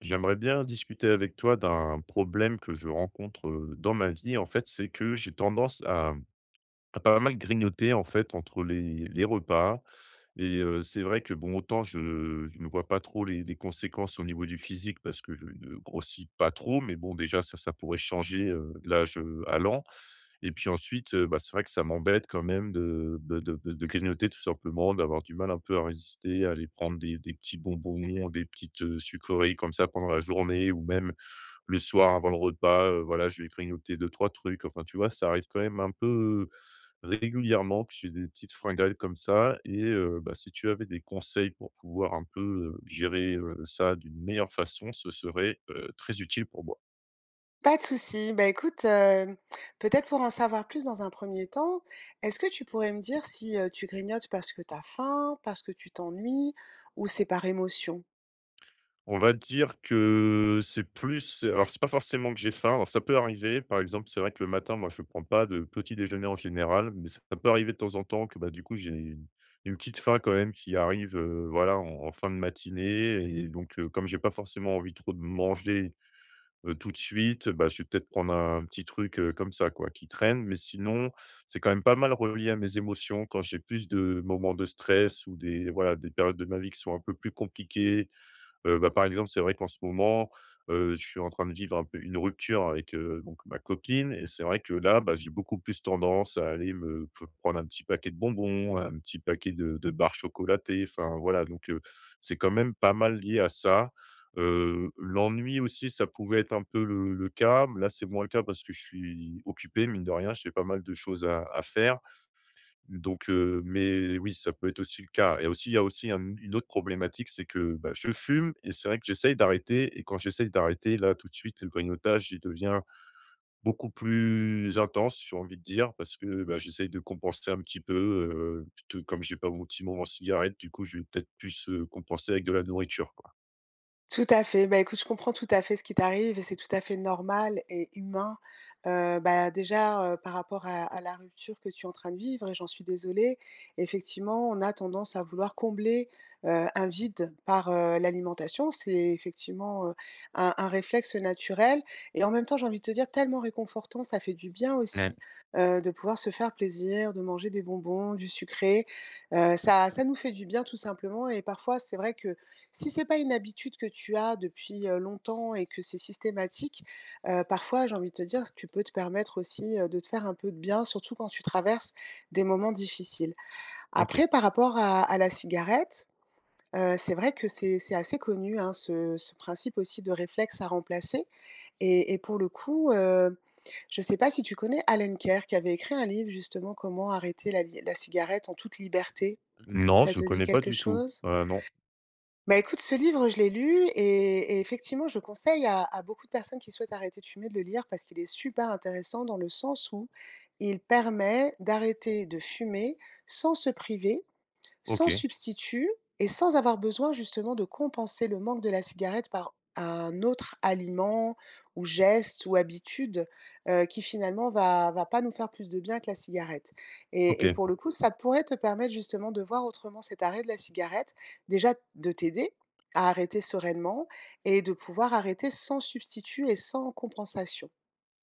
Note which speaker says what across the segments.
Speaker 1: J'aimerais bien discuter avec toi d'un problème que je rencontre, dans ma vie. En fait, c'est que j'ai tendance à pas mal grignoter, en fait, entre les repas et c'est vrai que bon, autant je ne vois pas trop les conséquences au niveau du physique parce que je ne grossis pas trop, mais bon déjà ça, ça pourrait changer, de l'âge, à l'an. Et puis ensuite, bah, c'est vrai que ça m'embête quand même de grignoter tout simplement, d'avoir du mal un peu à résister, à aller prendre des petits bonbons, des petites, sucreries comme ça pendant la journée ou même le soir avant le repas, voilà, je vais grignoter deux trois trucs. Enfin tu vois, ça arrive quand même un peu, régulièrement, que j'ai des petites fringales comme ça et bah, si tu avais des conseils pour pouvoir un peu, gérer, ça d'une meilleure façon, ce serait, très utile pour moi.
Speaker 2: Pas de souci. Bah, écoute, peut-être pour en savoir plus dans un premier temps, est-ce que tu pourrais me dire si, tu grignotes parce que t'as faim, parce que tu t'ennuies ou c'est par émotion?
Speaker 1: On va dire que c'est plus alors c'est pas forcément que j'ai faim, alors ça peut arriver, par exemple, c'est vrai que le matin, moi, je ne prends pas de petit déjeuner en général, mais ça peut arriver de temps en temps que, bah, du coup, j'ai une petite faim quand même qui arrive, voilà, en fin de matinée et donc comme j'ai pas forcément envie trop de manger tout de suite, bah, je vais peut-être prendre un petit truc, comme ça quoi, qui traîne. Mais sinon, c'est quand même pas mal relié à mes émotions. Quand j'ai plus de moments de stress ou des voilà, des périodes de ma vie qui sont un peu plus compliquées, bah, par exemple, c'est vrai qu'en ce moment, je suis en train de vivre un peu une rupture avec, donc ma copine et c'est vrai que là, bah, j'ai beaucoup plus tendance à aller me p prendre un petit paquet de bonbons, un petit paquet de barres chocolatées, enfin voilà, donc c'est quand même pas mal lié à ça. L'ennui aussi, ça pouvait être un peu le cas. Là, c'est moins le cas parce que je suis occupé, mine de rien, j'ai pas mal de choses à faire. Donc mais oui, ça peut être aussi le cas et aussi il y a aussi un une autre problématique, c'est que, bah, je fume et c'est vrai que j'essaye d'arrêter et quand j'essaye d'arrêter, là, tout de suite, le grignotage, il devient beaucoup plus intense, j'ai envie de dire, parce que, bah, j'essaye de compenser un petit peu, plutôt comme j'ai pas mon petit moment cigarette, du coup, je vais peut-être plus, compenser avec de la nourriture, quoi.
Speaker 2: Tout à fait. Bah, écoute, je comprends tout à fait ce qui t'arrive et c'est tout à fait normal et humain. Bah, déjà, par rapport à la rupture que tu es en train de vivre et j'en suis désolée. Effectivement, on a tendance à vouloir combler, un vide par, l'alimentation. C'est effectivement, un réflexe naturel et en même temps, j'ai envie de te dire tellement réconfortant, ça fait du bien aussi, de pouvoir se faire plaisir, de manger des bonbons, du sucré. Ça nous fait du bien tout simplement et parfois, c'est vrai que si c'est pas une habitude que tu as depuis, longtemps et que c'est systématique, parfois j'ai envie de te dire s tu peux te permettre aussi, de te faire un peu de bien, surtout quand tu traverses des moments difficiles.
Speaker 1: OK.
Speaker 2: Après par rapport à la cigarette, c'est vrai que c'est assez connu, hein, ce principe aussi de réflexe à remplacer et pour le coup, je sais pas si tu connais Alan Kerr qui avait écrit un livre justement «Comment arrêter la li la cigarette en toute liberté».
Speaker 1: Non,
Speaker 2: Ça
Speaker 1: je
Speaker 2: te dit
Speaker 1: connais pas
Speaker 2: quelque
Speaker 1: du tout.
Speaker 2: chose?
Speaker 1: Non.
Speaker 2: Bah, écoute, ce livre, je l'ai lu et effectivement, je conseille à beaucoup de personnes qui souhaitent arrêter de fumer de le lire parce qu'il est super intéressant dans le sens où il permet d'arrêter de fumer sans se priver sans
Speaker 1: OK.
Speaker 2: substitut et sans avoir besoin justement de compenser le manque de la cigarette par un autre aliment ou geste ou habitude, qui finalement va pas nous faire plus de bien que la cigarette et
Speaker 1: OK.
Speaker 2: pour le coup, ça pourrait te permettre justement de voir autrement cet arrêt de la cigarette, déjà de t'aider à arrêter sereinement et de pouvoir arrêter sans substitut et sans compensation.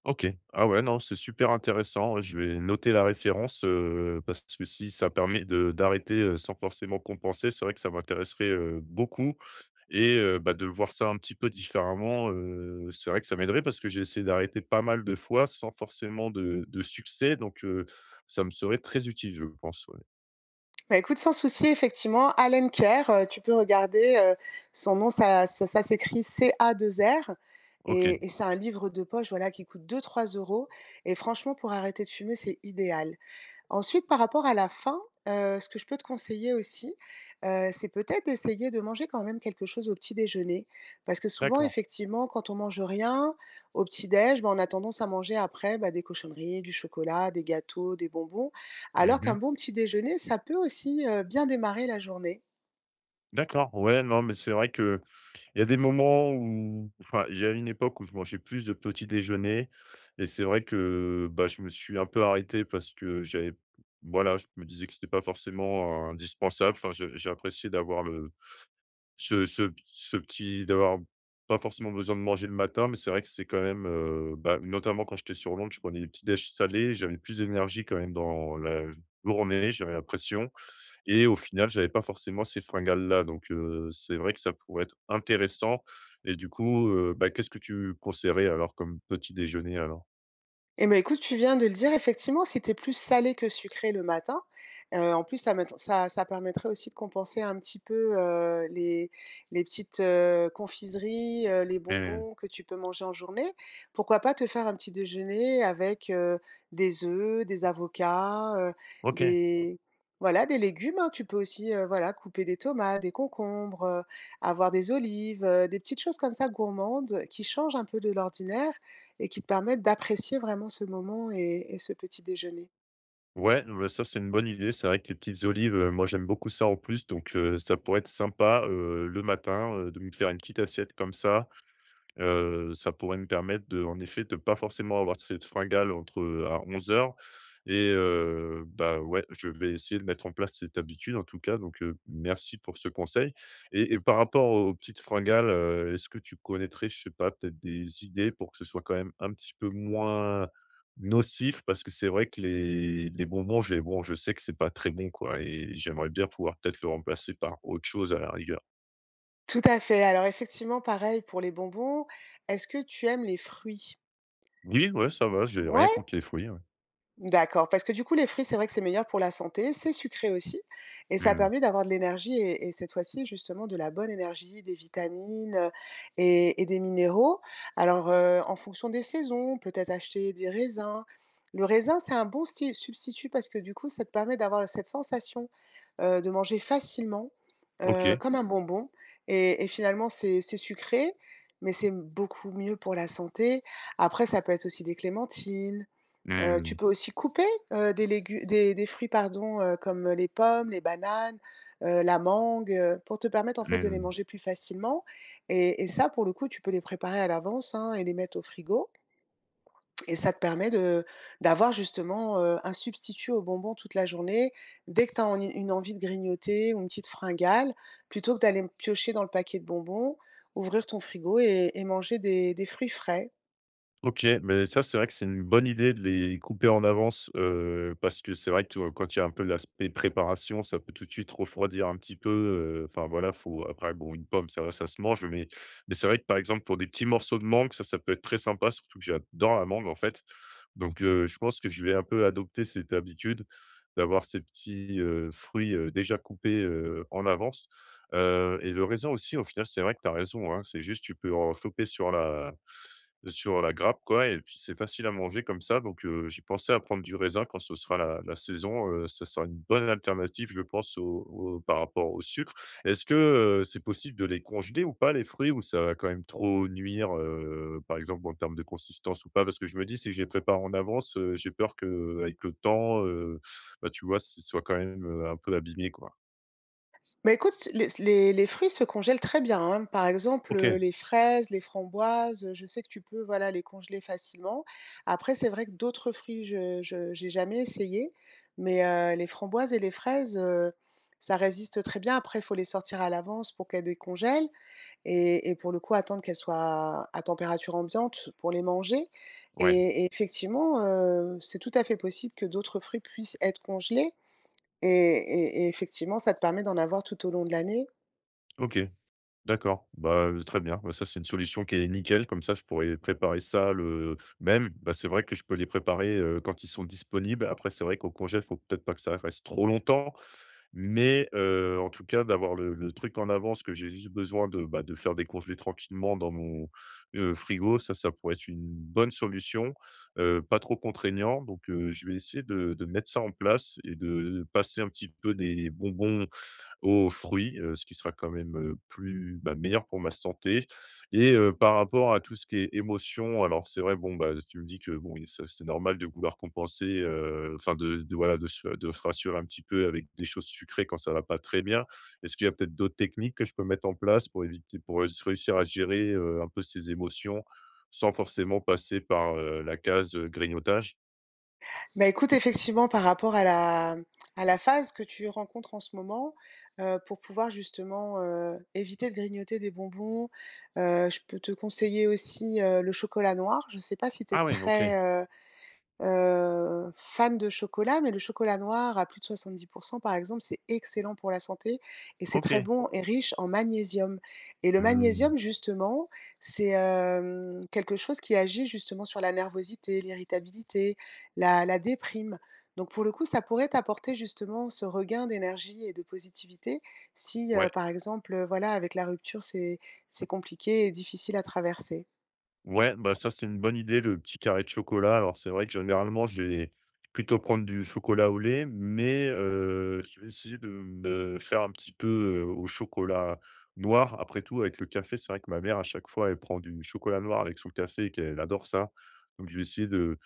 Speaker 1: OK. Ah ouais, non, c'est super intéressant. Je vais noter la référence, parce que si ça permet de d'arrêter, sans forcément compenser, c'est vrai que ça m'intéresserait, beaucoup et bah, de voir ça un petit peu différemment, c'est vrai que ça m'aiderait parce que j'ai essayé d'arrêter pas mal de fois sans forcément de succès donc ça me serait très utile, je pense, ouais.
Speaker 2: Bah, écoute, sans souci, effectivement, Alan Care, tu peux regarder, son nom, ça s'écrit c a deux r
Speaker 1: OK,
Speaker 2: et c'est un livre de poche, voilà, qui coûte deux trois euros. Et franchement, pour arrêter de fumer, c'est idéal. Ensuite, par rapport à la faim, ce que je peux te conseiller aussi, c'est peut-être d'essayer de manger quand même quelque chose au petit déjeuner. Parce que souvent,
Speaker 1: d'accord.
Speaker 2: effectivement, quand on mange rien au petit déj, ben on a tendance à manger après, bah, des cochonneries, du chocolat, des gâteaux, des bonbons. Alors
Speaker 1: Mmh.
Speaker 2: qu'un bon petit déjeuner, ça peut aussi, bien démarrer la journée.
Speaker 1: D'accord, ouais, non, mais c'est vrai que il y a des moments où enfin, il y a une époque où je mangeais plus de petits déjeuners et c'est vrai que, bah, je me suis un peu arrêté parce que j'avais voilà, je me disais que c'était pas forcément indispensable. Enfin, j'ai apprécié d'avoir le ce ce ce petit d'avoir pas forcément besoin de manger le matin, mais c'est vrai que c'est quand même, bah, notamment quand j'étais sur Londres, je prenais des petits déj salés, j'avais plus d'énergie quand même dans la journée, j'avais l'impression et au final, j'avais pas forcément ces fringales-là, donc c'est vrai que ça pourrait être intéressant et du coup, bah, qu'est-ce que tu conseillerais alors comme petit déjeuner alors?
Speaker 2: Eh ben, écoute, tu viens de le dire, effectivement, c'était plus salé que sucré le matin. En plus, ça mett ça ça permettrait aussi de compenser un petit peu, les petites, confiseries, les
Speaker 1: Mmh.
Speaker 2: bonbons que tu peux manger en journée. Pourquoi pas te faire un petit déjeuner avec, des œufs, des avocats, heu,
Speaker 1: OK.
Speaker 2: des voilà, des légumes, hein. Tu peux aussi, voilà, couper des tomates, des concombres, avoir des olives, des petites choses comme ça gourmandes qui changent un peu de l'ordinaire et qui te permettent d'apprécier vraiment ce moment et ce petit déjeuner.
Speaker 1: Ouais, bah, ça, c'est une bonne idée. C'est vrai que les petites olives, moi, j'aime beaucoup ça en plus, donc ça pourrait être sympa, le matin, de me faire une petite assiette comme ça. Ça pourrait me permettre de en effet, de pas forcément avoir cette fringale entre, à 11 heures et bah, ouais, je vais essayer de mettre en place cette habitude en tout cas donc merci pour ce conseil et par rapport aux petites fringales, est-ce que tu connaîtrais, je sais pas, peut-être des idées pour que ce soit quand même un petit peu moins nocif? Parce que c'est vrai que les bonbons, j'ai bon, je sais que c'est pas très bon quoi et j'aimerais bien pouvoir peut-être le remplacer par autre chose à la rigueur.
Speaker 2: Tout à fait. Alors effectivement, pareil pour les bonbons. Est-ce que tu aimes les fruits?
Speaker 1: Oui, ouais, ça va, j'ai rien
Speaker 2: Ouais,
Speaker 1: contre les fruits, ouais.
Speaker 2: d'accord, parce que du coup, les fruits, c'est vrai que c'est meilleur pour la santé, c'est sucré aussi, et ça
Speaker 1: Mmh.
Speaker 2: permet d'avoir de l'énergie et cette fois-ci, justement, de la bonne énergie, des vitamines, et des minéraux. Alors, en fonction des saisons, peut-être acheter des raisins. Le raisin, c'est un bon sti substitut parce que du coup, ça te permet d'avoir cette sensation, de manger facilement,
Speaker 1: OK.
Speaker 2: comme un bonbon et finalement, c'est sucré, mais c'est beaucoup mieux pour la santé. Après, ça peut être aussi des clémentines. Tu
Speaker 1: Mmh.
Speaker 2: peux aussi couper, des légu des fruits pardon, comme les pommes, les bananes, la mangue, pour te permettre en fait de
Speaker 1: Mmh.
Speaker 2: les manger plus facilement et ça pour le coup, tu peux les préparer à l'avance, hein et les mettre au frigo et ça te permet de d'avoir justement, un substitut aux bonbons toute la journée. Dès que tu as une envie de grignoter ou une petite fringale, plutôt que d'aller piocher dans le paquet de bonbons, ouvrir ton frigo et manger des fruits frais.
Speaker 1: OK, mais ça, c'est vrai que c'est une bonne idée de les couper en avance, parce que c'est vrai que, quand il y a un peu l'aspect préparation, ça peut tout de suite refroidir un petit peu, enfin voilà, faut après bon, une pomme, ça va, ça se mange, mais c'est vrai que, par exemple, pour des petits morceaux de mangue, ça peut être très sympa, surtout que j'adore la mangue, en fait. Donc je pense que je vais un peu adopter cette habitude d'avoir ces petits, fruits, déjà coupés, en avance. Et le raisin aussi, au final, c'est vrai que tu as raison, hein, c'est juste tu peux en choper sur la grappe quoi et puis c'est facile à manger comme ça donc j'ai pensé à prendre du raisin quand ce sera la saison, ça sera une bonne alternative je pense au par rapport au sucre. Est-ce que, c'est possible de les congeler ou pas les fruits ou ça va quand même trop nuire, par exemple en termes de consistance ou pas? Parce que je me dis si je les prépare en avance, j'ai peur que avec le temps, bah, tu vois, ce soit quand même, un peu abîmé quoi.
Speaker 2: Bah, écoute, les fruits se congèlent très bien, hein. Par exemple,
Speaker 1: OK,
Speaker 2: les fraises, les framboises, je sais que tu peux, voilà, les congeler facilement. Après, c'est vrai que d'autres fruits, je j'ai jamais essayé, mais les framboises et les fraises, ça résiste très bien. Après, il faut les sortir à l'avance pour qu'elles décongèlent. Et pour le coup, attendre qu'elles soient à température ambiante pour les manger
Speaker 1: ouais,
Speaker 2: et effectivement, c'est tout à fait possible que d'autres fruits puissent être congelés et effectivement, ça te permet d'en avoir tout au long de l'année.
Speaker 1: OK. D'accord, bah, très bien, bah, ça c'est une solution qui est nickel, comme ça je pourrais préparer ça le même, bah, c'est vrai que je peux les préparer, quand ils sont disponibles. Après c'est vrai qu'au congé, il faut peut-être pas que ça reste trop longtemps, mais en tout cas d'avoir le truc en avance que j'ai juste besoin de, bah, de faire des congelés tranquillement dans mon, frigo, ça pourrait être une bonne solution, pas trop contraignant donc je vais essayer de mettre ça en place et de passer un petit peu des bonbons aux fruits, ce qui sera quand même, plus, bah, meilleur pour ma santé et par rapport à tout ce qui est émotion, alors c'est vrai, bon, bah, tu me dis que, bon, c'est normal de vouloir compenser, enfin de voilà, de se rassurer un petit peu avec des choses sucrées quand ça va pas très bien. Est-ce qu'il y a peut-être d'autres techniques que je peux mettre en place pour éviter pour réussir à gérer, un peu ces émotions sans forcément passer par, la case, grignotage?
Speaker 2: Bah, écoute, effectivement, par rapport à la phase que tu rencontres en ce moment, pour pouvoir justement, éviter de grignoter des bonbons, je peux te conseiller aussi, le chocolat noir. Je ne sais pas si tu es
Speaker 1: Ah ouais, OK,
Speaker 2: très, heu, fan de chocolat, mais le chocolat noir à plus de 70 par exemple, c'est excellent pour la santé et c'est très
Speaker 1: OK.
Speaker 2: bon et riche en magnésium et le
Speaker 1: Mmh.
Speaker 2: magnésium, justement, c'est, quelque chose qui agit justement sur la nervosité, l'irritabilité, la déprime. Donc pour le coup, ça pourrait t'apporter justement ce regain d'énergie et de positivité si,
Speaker 1: Ouais.
Speaker 2: par exemple, voilà, avec la rupture, c'est compliqué et difficile à traverser.
Speaker 1: Ouais, bah, ça, c'est une bonne idée, le petit carré de chocolat. Alors, c'est vrai que généralement, je vais plutôt prendre du chocolat au lait, mais je vais essayer de me faire un petit peu, au chocolat noir. Après tout, avec le café, c'est vrai que ma mère, à chaque fois, elle prend du chocolat noir avec son café et qu'elle adore ça. Donc, je vais essayer de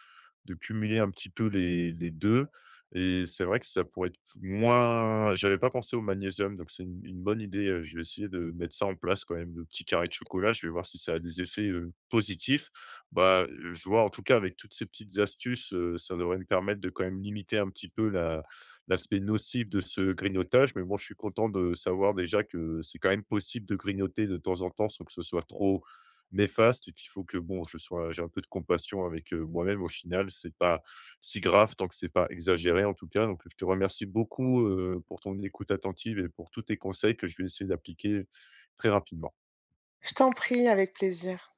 Speaker 1: de cumuler un petit peu les 2 et c'est vrai que ça pourrait être moins j'avais pas pensé au magnésium, donc c'est une bonne idée, je vais essayer de mettre ça en place quand même, le petit carré de chocolat. Je vais voir si ça a des effets, positifs. Bah, je vois en tout cas avec toutes ces petites astuces, ça devrait me permettre de quand même limiter un petit peu la l'aspect nocif de ce grignotage, mais bon, je suis content de savoir déjà que c'est quand même possible de grignoter de temps en temps sans que ce soit trop néfaste et qu'il faut que bon, je sois j'ai un peu de compassion avec, moi-même au final. C'est pas si grave tant que c'est pas exagéré en tout cas. Donc je te remercie beaucoup, pour ton écoute attentive et pour tous tes conseils que je vais essayer d'appliquer très rapidement.
Speaker 2: Je t'en prie, avec plaisir.